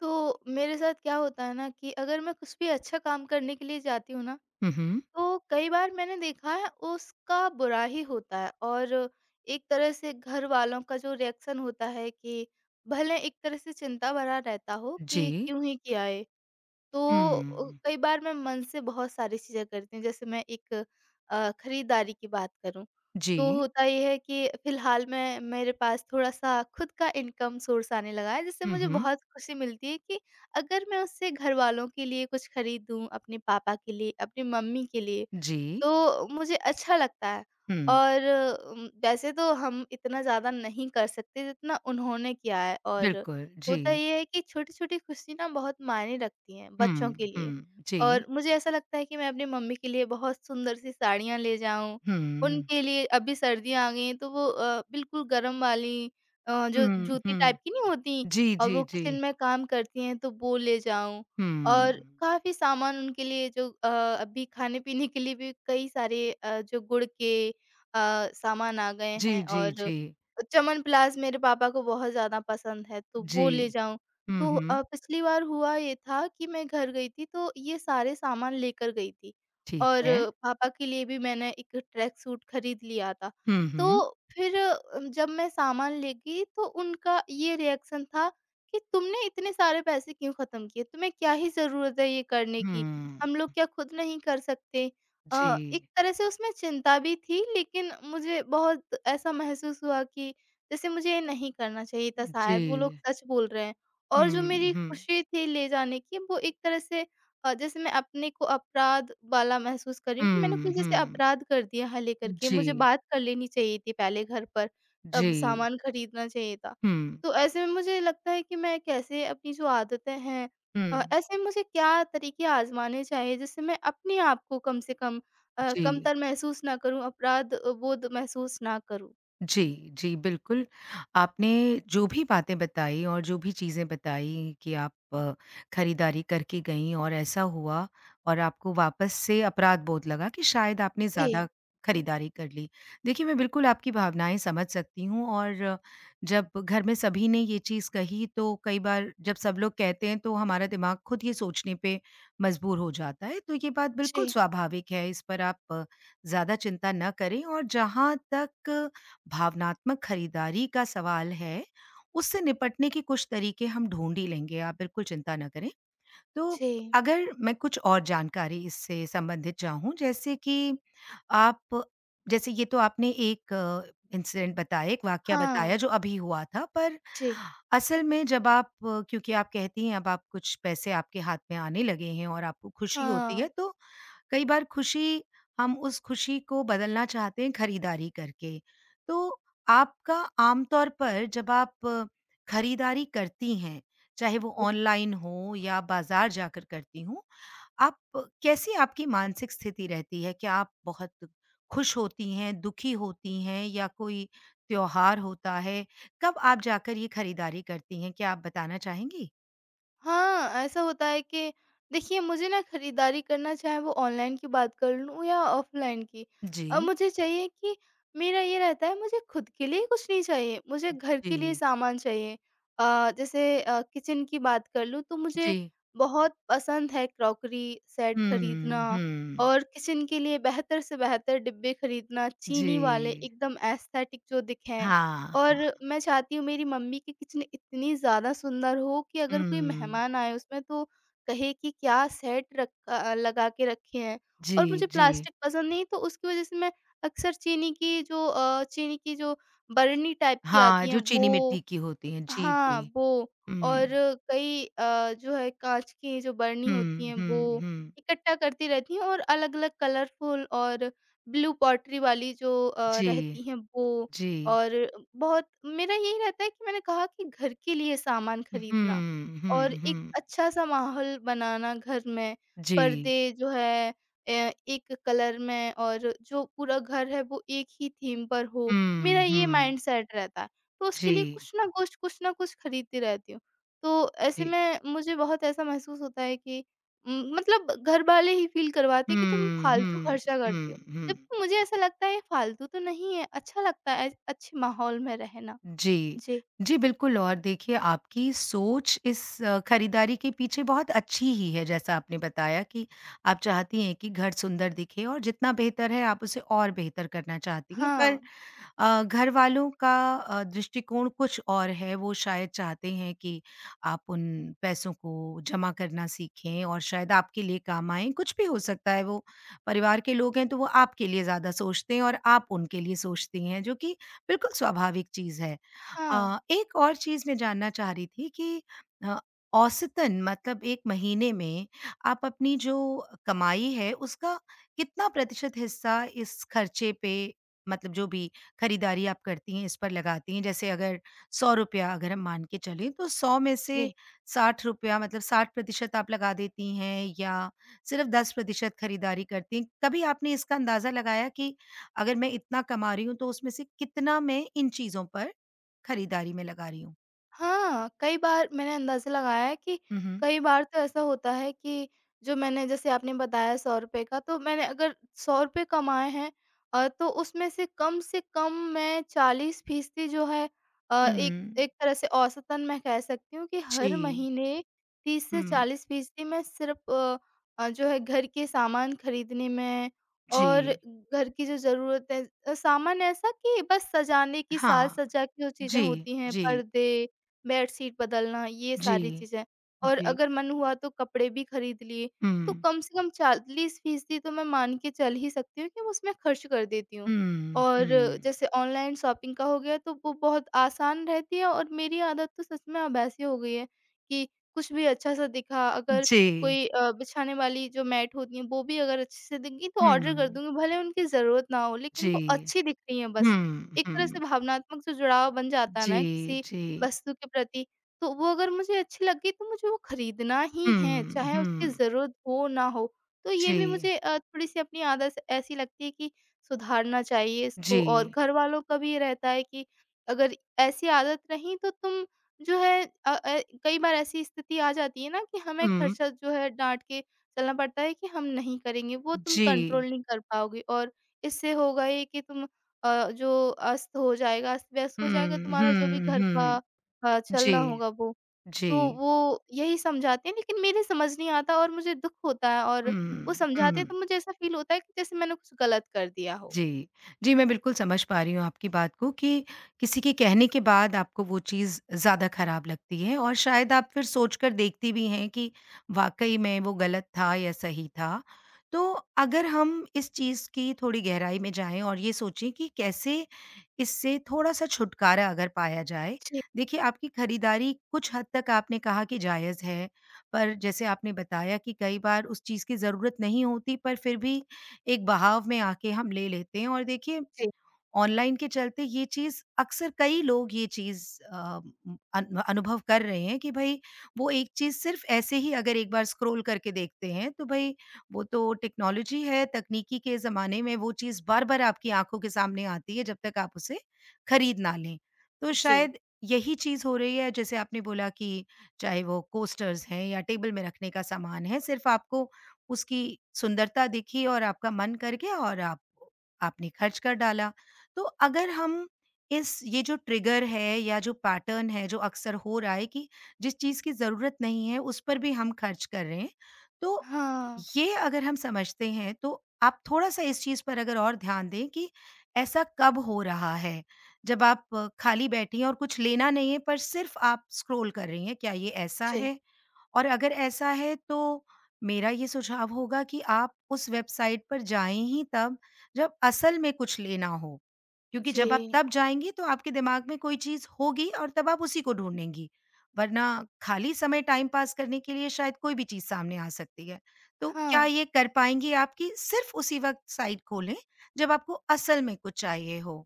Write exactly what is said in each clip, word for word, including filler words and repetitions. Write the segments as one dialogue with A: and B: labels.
A: तो मेरे साथ क्या होता है ना कि अगर मैं कुछ भी अच्छा काम करने के लिए जाती हूँ ना,
B: हुँ, हुँ।
A: तो कई बार मैंने देखा है उसका बुरा ही होता है, और एक तरह से घर वालों का जो रिएक्शन होता है कि भले एक तरह से चिंता भरा रहता हो कि
B: जी।
A: क्यों ही किया ये? तो अ,
B: हुँ।
A: कई बार मैं मन से बहुत सारी चीज़ें करती हूँ। जैसे मैं एक अ, खरीदारी की बात करूँ,
B: जी।
A: तो होता ये है कि फ़िलहाल मैं मेरे पास थोड़ा-सा खुद का इनकम सोर्स आने लगा है, जिससे
B: हुँ,
A: मुझे
B: हुँ।
A: बहुत खुशी मिलती है कि अगर मैं उससे घरवालों के लिए कुछ खरीदूँ, अपने पापा के लिए, अपनी मम्मी के लिए,
B: जी।
A: तो मुझे अच्छा लगता है।
B: हुँ।
A: और उम, वैसे तो हम इतना ज़्यादा नहीं कर सकते जितना उन्होंने किया है। और
B: बिल्कुल, जी।
A: होता ये है कि छोटी-छोटी खुशी ना बहुत मायने रखती हैं बच्चों के
B: हुँ,
A: लिए।
B: हुँ।
A: और
B: जी।
A: मुझे ऐसा लगता है कि मैं अपनी मम्मी के लिए बहुत सुंदर सी साड़ियाँ ले जाऊँ।
B: हुँ।
A: उनके लिए अभी सर्दियाँ आ गई हैं, तो वो अ, बिल्कुल गर्म वाली, अ, जो
B: हुँ,
A: जूती टाइप
B: हुँ।
A: की नहीं होती,
B: जी,
A: और
B: जी,
A: वो किचन
B: जी।
A: में काम करती हैं, तो वो ले जाऊँ। और
B: हुँ।
A: काफ़ी सामान उनके लिए जो अ, अभी खाने-पीने के लिए भी कई सारे अ, जो गुड़ के अ, सामान आ गए
B: जी,
A: हैं।
B: जी,
A: और
B: जी।
A: च्यवनप्राश मेरे पापा को बहुत ज़्यादा पसंद है, तो
B: जी।
A: वो ले जाऊँ।
B: हुँ,
A: तो
B: हुँ।
A: अ, पिछली बार हुआ ये था कि मैं घर गई थी, तो ये सारे सामान लेकर गई थी,
B: ठीक
A: और
B: है।
A: पापा के लिए भी मैंने एक ट्रैक सूट खरीद लिया था।
B: हुँ,
A: तो
B: हुँ।
A: फिर अ, जब मैं सामान ले गई, तो उनका ये रिएक्शन था कि तुमने इतने सारे पैसे क्यों ख़त्म किए? तुम्हें क्या ही ज़रूरत है ये करने की?
B: हुँ।
A: हम लोग क्या खुद नहीं कर सकते? अ,
B: जी।
A: एक तरह से उसमें चिंता भी थी, लेकिन मुझे बहुत ऐसा महसूस हुआ कि जैसे मुझे ये नहीं करना चाहिए था,
B: जी।
A: शायद वो लोग सच बोल रहे हैं। और जो
B: हुँ,
A: मेरी
B: हुँ।
A: खुशी थी ले जाने की, वो एक तरह से, अ, जैसे मैं अपने को अपराध वाला महसूस कर रही हूँ कि मैंने
B: हुँ,
A: कुछ जैसे
B: हुँ।
A: अपराध कर दिया है लेकर के। मुझे
B: जी।
A: बात कर लेनी चाहिए थी पहले घर पर, तब
B: जी।
A: सामान खरीदना चाहिए था।
B: हुँ।
A: तो ऐसे में मुझे लगता है कि मैं कैसे अपनी जो आदतें हैं, अ,
B: हुँ।
A: ऐसे में मुझे क्या तरीके आज़माने चाहिए, जिससे मैं अपने आप को कम से कम, अ,
B: जी।
A: कमतर महसूस ना करूँ, अपराध बोध महसूस ना करूँ?
B: जी, जी, बिल्कुल। आपने जो भी बातें बताई और जो भी चीज़ें बताई कि आप अ, खरीदारी करके गईं और ऐसा हुआ और आपको वापस से अपराध-बोध लगा कि शायद आपने ज़्यादा
A: जी,
B: खरीदारी कर ली। देखिए, मैं बिल्कुल आपकी भावनाएँ समझ सकती हूँ और जब घर में सभी ने ये चीज़ कही तो कई बार जब सब लोग कहते हैं तो हमारा दिमाग खुद ये सोचने पे मजबूर हो जाता है। तो ये बात बिल्कुल
A: जी,
B: स्वाभाविक है, इस पर आप अ, ज़्यादा चिंता ना करें और जहाँ तक भावनात्मक खरीदारी का सवाल है, उससे निपटने के कुछ तरीके हम ढूँढ ही लेंगे, आप बिल्कुल चिंता ना करें। तो
A: जी।
B: अगर मैं कुछ और जानकारी इससे संबंधित चाहूँ जैसे कि आप जैसे ये तो आपने एक इंसिडेंट बताया, एक वाकया बताया
A: हाँ,
B: जो अभी हुआ था, पर
A: जी,
B: असल में जब आप क्योंकि आप कहती हैं अब आप कुछ पैसे आपके हाथ में आने लगे हैं और आपको खुशी होती
A: हाँ।
B: है तो कई बार खुशी हम उस खुशी को बदलना चाहते हैं खरीदारी करके। तो आपका आमतौर पर जब आप अ, खरीदारी करती हैं, चाहे वो ऑनलाइन हो या बाज़ार जाकर करती हों, आप कैसी आपकी मानसिक स्थिति रहती है? क्या आप बहुत खुश होती हैं, दुखी होती हैं या कोई त्योहार होता है? कब आप जाकर ये खरीदारी करती हैं? क्या आप बताना चाहेंगी?
A: हाँ, ऐसा होता है कि देखिए, मुझे ना खरीदारी करना चाहे वो ऑनलाइन की बात कर लूँ या ऑफलाइन की। अब
B: जी,
A: मुझे चाहिए कि मेरा ये रहता है, मुझे खुद के लिए कुछ नहीं चाहिए, मुझे घर के लिए
B: जी,
A: सामान चाहिए। अ, जैसे अ, किचन की बात कर लूँ, तो मुझे
B: जी।
A: बहुत पसंद है क्रॉकरी सेट
B: हुँ,
A: खरीदना,
B: हुँ।
A: और किचन के लिए बेहतर से बेहतर डिब्बे खरीदना,
B: जी।
A: चीनी वाले एकदम एस्थेटिक जो दिखें। और
B: हाँ,
A: मैं चाहती हूँ मेरी मम्मी की किचन इतनी ज़्यादा सुंदर हो कि अगर कोई
B: हुँ।
A: मेहमान आए उसमें, तो कहे कि क्या सेट रखा, लगा के रखे हैं।
B: जी,
A: और मुझे
B: जी।
A: प्लास्टिक पसंद नहीं, तो उसकी वज़ह से मैं अक्सर चीनी की जो अ, चीनी की जो बरनी टाइप की
B: हाँ,
A: आती है
B: जो
A: वो।
B: चीनी मिट्टी की होती हैं। जी,
A: हाँ,
B: जी।
A: वो। और
B: हुँ।
A: कई अ, जो है काँच की जो बरनी होती
B: हुँ,
A: हैं,
B: हुँ,
A: वो
B: हुँ।
A: इकट्ठा करती रहती हैं, और अलग-अलग कलरफुल, और ब्लू पॉटरी वाली जो अ,
B: जी,
A: रहती हैं वो।
B: जी।
A: और बहुत मेरा यही रहता है कि मैंने कहा कि घर के लिए सामान खरीदना,
B: हुँ, हुँ,
A: और एक
B: हुँ।
A: अच्छा-सा माहौल बनाना घर में,
B: जी।
A: पर्दे जो है अ, एक कलर में, और जो पूरा घर है वो एक ही थीम पर हो,
B: हुँ,
A: मेरा ये
B: हुँ।
A: माइंडसेट रहता है। तो उसके लिए
B: जी,
A: कुछ ना कुछ, कुछ ना कुछ खरीदती रहती हूँ। तो ऐसे
B: जी।
A: में मुझे बहुत ऐसा महसूस होता है कि उम, मतलब घर वाले ही फ़ील करवाते हैं कि तुम
B: हुँ,
A: फालतू
B: हुँ,
A: खर्चा करती
B: हुँ,
A: हो।
B: हुँ।
A: जबकि मुझे ऐसा लगता है फालतू तो नहीं है, अच्छा लगता है अच्छे माहौल में रहना।
B: जी।
A: जी।
B: जी, बिल्कुल और देखिए आपकी सोच इस अ, खरीदारी के पीछे बहुत अच्छी ही है जैसा आपने बताया कि आप चाहती हैं कि घर सुंदर दिखे और जितना बेहतर है आप उसे और बेहतर करना चाहती हैं
A: हाँ,
B: पर अ, घर वालों का अ, दृष्टिकोण कुछ और है, वो शायद चाहते हैं कि आप उन पैसों को जमा करना सीखें और शायद आपके लिए काम आएँ, कुछ भी हो सकता है वो परिवार के लोग हैं तो वो आपके लिए ज़्यादा सोचते हैं और आप उनके लिए सोचती हैं, जो कि बिल्कुल स्वाभाविक चीज़ है।
A: हाँ।
B: अ, एक और चीज़ मैं जानना चाह रही थी कि अ, औसतन मतलब एक महीने में आप अपनी जो कमाई है उसका कितना प्रतिशत हिस्सा इस खर्चे पे मतलब जो भी खरीदारी आप करती हैं इस पर लगाती हैं जैसे अगर ₹सौ अगर हम मान के चलें तो सौ में से
A: जी।
B: ₹साठ मतलब साठ प्रतिशत आप लगा देती हैं या सिर्फ़ दस प्रतिशत खरीदारी करती हैं? कभी आपने इसका अंदाज़ा लगाया कि अगर मैं इतना कमा रही हूँ तो उसमें से कितना मैं इन चीज़ों पर खरीदारी में लगा रही हूँ?
A: हाँ, कई बार मैंने अंदाज़ा लगाया है कि
B: हुँ, हुँ।
A: कई बार तो ऐसा होता है कि जो मैंने, जैसे आपने बताया ₹सौ रुपये का, तो मैंने अगर ₹सौ रुपये कमाए हैं, अ, तो उसमें से कम से कम मैं चालीस परसेंट जो है, अ, एक
B: हुँ।
A: एक तरह से औसतन मैं कह सकती हूँ कि हर
B: जी।
A: महीने तीस से
B: हुँ।
A: चालीस परसेंट मैं सिर्फ़ अ अ, जो है घर के सामान खरीदने में, और
B: जी।
A: घर की जो ज़रूरत है, अ, सामान ऐसा, कि बस सजाने की,
B: हाँ।
A: साज-सज्जा की जो चीज़ें
B: जी,
A: होती हैं,
B: जी,
A: पर्दे, बेडशीट बदलना, ये
B: जी,
A: सारी चीज़ें। और
B: जी।
A: अगर मन हुआ तो कपड़े भी खरीद लिए। तो
B: हुँ।
A: कम से कम चालीस परसेंट तो मैं मान के चल ही सकती हूँ कि मैं उसमें खर्च कर देती हूँ।
B: हुँ,
A: और
B: हुँ।
A: जैसे ऑनलाइन शॉपिंग का हो गया, तो वो बहुत आसान रहती है, और मेरी आदत तो सच में अब ऐसी हो गई है कि कुछ भी अच्छा-सा दिखा, अगर
B: जी।
A: कोई अ, बिछाने वाली जो मैट होती हैं वो भी अगर अच्छे से दिख गई, तो ऑर्डर कर
B: हुँ।
A: दूँगी, भले उनकी ज़रूरत ना हो, लेकिन
B: जी।
A: वो अच्छी दिख रही हैं बस।
B: हुँ,
A: एक तरह से
B: हुँ।
A: भावनात्मक जो जुड़ाव बन जाता है
B: जी,
A: ना किसी
B: जी।
A: वस्तु के प्रति, तो वो अगर मुझे अच्छी लगी, तो मुझे वो खरीदना ही है,
B: हुँ,
A: चाहे उसकी
B: हुँ।
A: ज़रूरत हो ना हो। तो ये भी
B: जी,
A: मुझे अ, थोड़ी-सी अपनी आदत ऐसी लगती है कि सुधारना चाहिए इसको, और
B: जी।
A: घरवालों का भी ये रहता है कि अगर ऐसी आदत रही, तो तुम जो है, अ अ, कई बार ऐसी स्थिति आ जाती है ना कि हमें
B: हुँ,
A: खर्चा जो है डाँट के चलना पड़ता है कि हम नहीं करेंगे, वो तुम
B: जी।
A: कंट्रोल नहीं कर पाओगे। और इससे होगा ये कि तुम अ, जो अस्त हो जाएगा, अस्त-व्यस्त हो जाएगा
B: हुँ,
A: तुम्हारा जो भी
B: हुँ,
A: घर का
B: हुँ।
A: अ,
B: जी,
A: चलना होगा वो। तो
B: जी।
A: वो यही समझाते हैं, लेकिन मेरे समझ नहीं आता, और मुझे दुःख होता है, और वो
B: हुँ,
A: समझाते हैं
B: हुँ।
A: तो मुझे ऐसा फ़ील होता है कि जैसे मैंने कुछ गलत कर दिया हो।
B: जी। जी, मैं बिल्कुल समझ पा रही हूँ आपकी बात को कि किसी के कहने के बाद आपको वो चीज़ ज़्यादा ख़राब लगती है और शायद आप फिर सोचकर देखती भी हैं कि वाक़ई में वो गलत था या सही था। तो अगर हम इस चीज़ की थोड़ी गहराई में जाएँ और ये सोचें कि कैसे इससे थोड़ा-सा छुटकारा अगर पाया जाए।
A: जी,
B: देखिए, आपकी खरीदारी कुछ हद तक आपने कहा कि जायज़ है, पर जैसे आपने बताया कि कई बार उस चीज़ की ज़रूरत नहीं होती पर फिर भी एक बहाव में आके हम ले लेते हैं और देखिए
A: जी।
B: ऑनलाइन के चलते ये चीज़ अक्सर कई लोग ये चीज़ अ, अन अनुभव कर रहे हैं कि भई वो एक चीज़ सिर्फ़ ऐसे ही अगर एक बार स्क्रॉल करके देखते हैं, तो भई वो तो टेक्नोलॉजी है, तकनीकी के ज़माने में वो चीज़ बार-बार आपकी आँखों के सामने आती है, जब तक आप उसे खरीद ना लें। तो
A: जी।
B: शायद यही चीज़ हो रही है, जैसे आपने बोला कि चाहे वो कोस्टर्स हैं या टेबल में रखने का सामान है, सिर्फ़ आपको उसकी सुंदरता दिखी और आपका मन कर गया और आप आपने खर्च कर डाला। तो अगर हम इस ये जो ट्रिगर है या जो पैटर्न है जो अक्सर हो रहा है कि जिस चीज़ की ज़रूरत नहीं है उस पर भी हम खर्च कर रहे हैं, तो
A: हाँ।
B: ये अगर हम समझते हैं तो आप थोड़ा-सा इस चीज़ पर अगर और ध्यान दें कि ऐसा कब हो रहा है? जब आप अ, खाली बैठी हैं और कुछ लेना नहीं है पर सिर्फ़ आप स्क्रॉल कर रही हैं, क्या ये ऐसा
A: जी।
B: है? और अगर ऐसा है तो मेरा ये सुझाव होगा कि आप उस वेबसाइट पर जाएँ ही तब जब असल में कुछ लेना हो। क्योंकि जब आप
A: जी।
B: तब जाएँगी तो आपके दिमाग में कोई चीज़ होगी और तब आप उसी को ढूँढेंगी। वरना खाली समय टाइम पास करने के लिए शायद कोई भी चीज़ सामने आ सकती है। तो क्या
A: हाँ।
B: ये कर पाएँगी आप कि सिर्फ़ उसी वक़्त साइट खोलें जब आपको असल में कुछ चाहिए हो?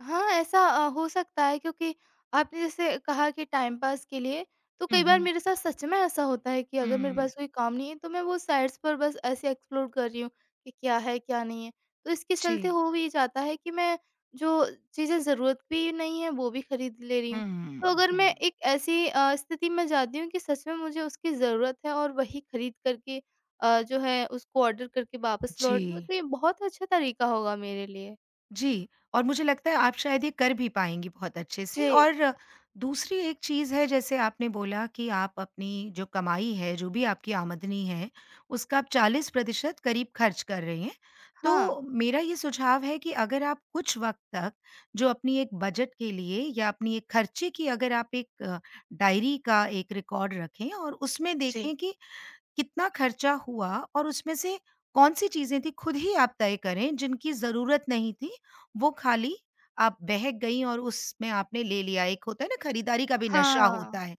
A: हाँ, ऐसा अ, हो सकता है, क्योंकि आपने जैसे कहा कि टाइम पास के लिए, तो
B: हुँ,
A: कई बार
B: हुँ।
A: मेरे साथ सच में ऐसा होता है कि अगर मेरे
B: हुँ।
A: पास कोई काम नहीं है, तो मैं वो साइट्स पर बस ऐसे एक्सप्लोर कर रही हूँ कि क्या है, क्या नहीं है। तो इसके
B: जी।
A: चलते हो भी जाता है कि मैं जो चीज़ें ज़रूरत भी नहीं है, वो भी खरीद ले रही हूँ।
B: हुँ,
A: तो अगर मैं
B: हुँ।
A: एक ऐसी अ, स्थिति में जाती हूँ कि सच में मुझे उसकी ज़रूरत है, और वही खरीद कर के, अ, जो है उसको ऑर्डर करके वापस लौट रही हूँ,
B: जी।
A: तो ये बहुत अच्छा तरीका होगा मेरे लिए।
B: जी, और मुझे लगता है आप शायद ये कर भी पाएँगी बहुत अच्छे से
A: जी,
B: और दूसरी एक चीज़ है जैसे आपने बोला कि आप अपनी जो कमाई है, जो भी आपकी आमदनी है, उसका आप चालीस प्रतिशत करीब खर्च कर रही हैं।
A: हाँ।
B: तो मेरा ये सुझाव है कि अगर आप कुछ वक़्त तक जो अपनी एक बजट के लिए या अपनी एक खर्चे की अगर आप एक अ, डायरी का एक रिकॉर्ड रखें और उसमें
A: जी।
B: देखें कि कितना खर्चा हुआ और उसमें से कौन-सी चीज़ें थी खुद ही आप तय करें जिनकी ज़रूरत नहीं थी, वो खाली आप बहक गईं और उसमें आपने ले लिया। एक होता है ना खरीदारी का भी नशा
A: हाँ,
B: होता है।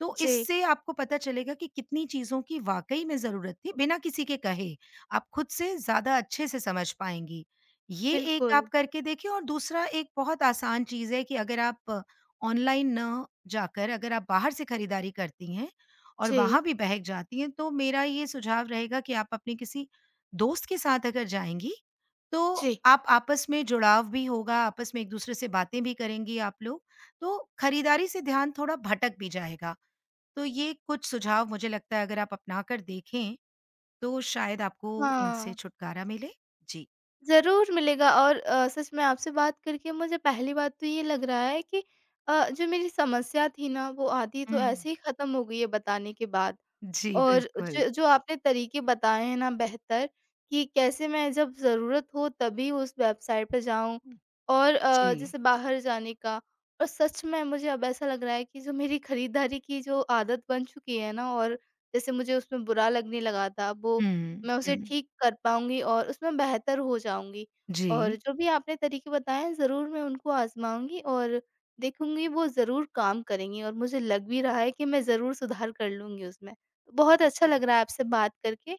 B: तो
A: जी,
B: इससे आपको पता चलेगा कि कितनी चीज़ों की वाक़ई में ज़रूरत थी, बिना किसी के कहे। आप खुद से ज़्यादा अच्छे से समझ पाएँगी। ये एक
A: बिल्कुल।
B: आप करके देखिए और दूसरा एक बहुत आसान चीज़ है कि अगर आप ऑनलाइन ना जाकर अगर आप बाहर से खरीदारी करती हैं और
A: जी,
B: वहाँ भी बहक जाती हैं, तो मेरा ये सुझाव रहेगा कि आप अपने किसी दोस्त के साथ अगर जाएँगी, तो
A: जी।
B: आप आपस में जुड़ाव भी होगा, आपस में एक-दूसरे से बातें भी करेंगी आप लोग, तो खरीदारी से ध्यान थोड़ा भटक भी जाएगा। तो ये कुछ सुझाव मुझे लगता है अगर आप अपना कर देखें, तो शायद आपको इनसे
A: हाँ,
B: छुटकारा मिले। जी।
A: ज़रूर मिलेगा, और अ, सच में आपसे बात करके मुझे पहली बात तो ये लग रहा है कि अ, जो मेरी समस्या थी ना, वो आधी तो
B: हुँ।
A: ऐसे ही ख़त्म हो गई है बताने के बाद।
B: जी,
A: और
B: बिल्कुल।
A: जो जो आपने तरीके बताए हैं ना बेहतर, कि कैसे मैं जब ज़रूरत हो तभी उस वेबसाइट पे जाऊँ,
B: हुँ।
A: और
B: जी।
A: अ, जैसे बाहर जाने का। और सच में मुझे अब ऐसा लग रहा है कि जो मेरी खरीदारी की जो आदत बन चुकी है ना, और जैसे मुझे उसमें बुरा लगने लगा था, अब वो
B: हुँ,
A: मैं उसे
B: हुँ।
A: ठीक कर पाऊँगी, और उसमें बेहतर हो जाऊँगी। और
B: जी,
A: जो भी आपने तरीके बताए हैं, ज़रूर मैं उनको आज़माऊँगी और देखूँगी, वो ज़रूर काम करेंगी, और मुझे लग भी रहा है कि मैं ज़रूर सुधार कर लूँगी उसमें। बहुत अच्छा लग रहा है आपसे बात करके,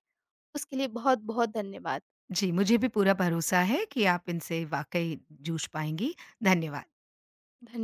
A: उसके लिए बहुत-बहुत धन्यवाद।
B: जी, मुझे भी पूरा भरोसा है कि आप इनसे वाक़ई जूझ पाएँगी। धन्यवाद।
A: धन्य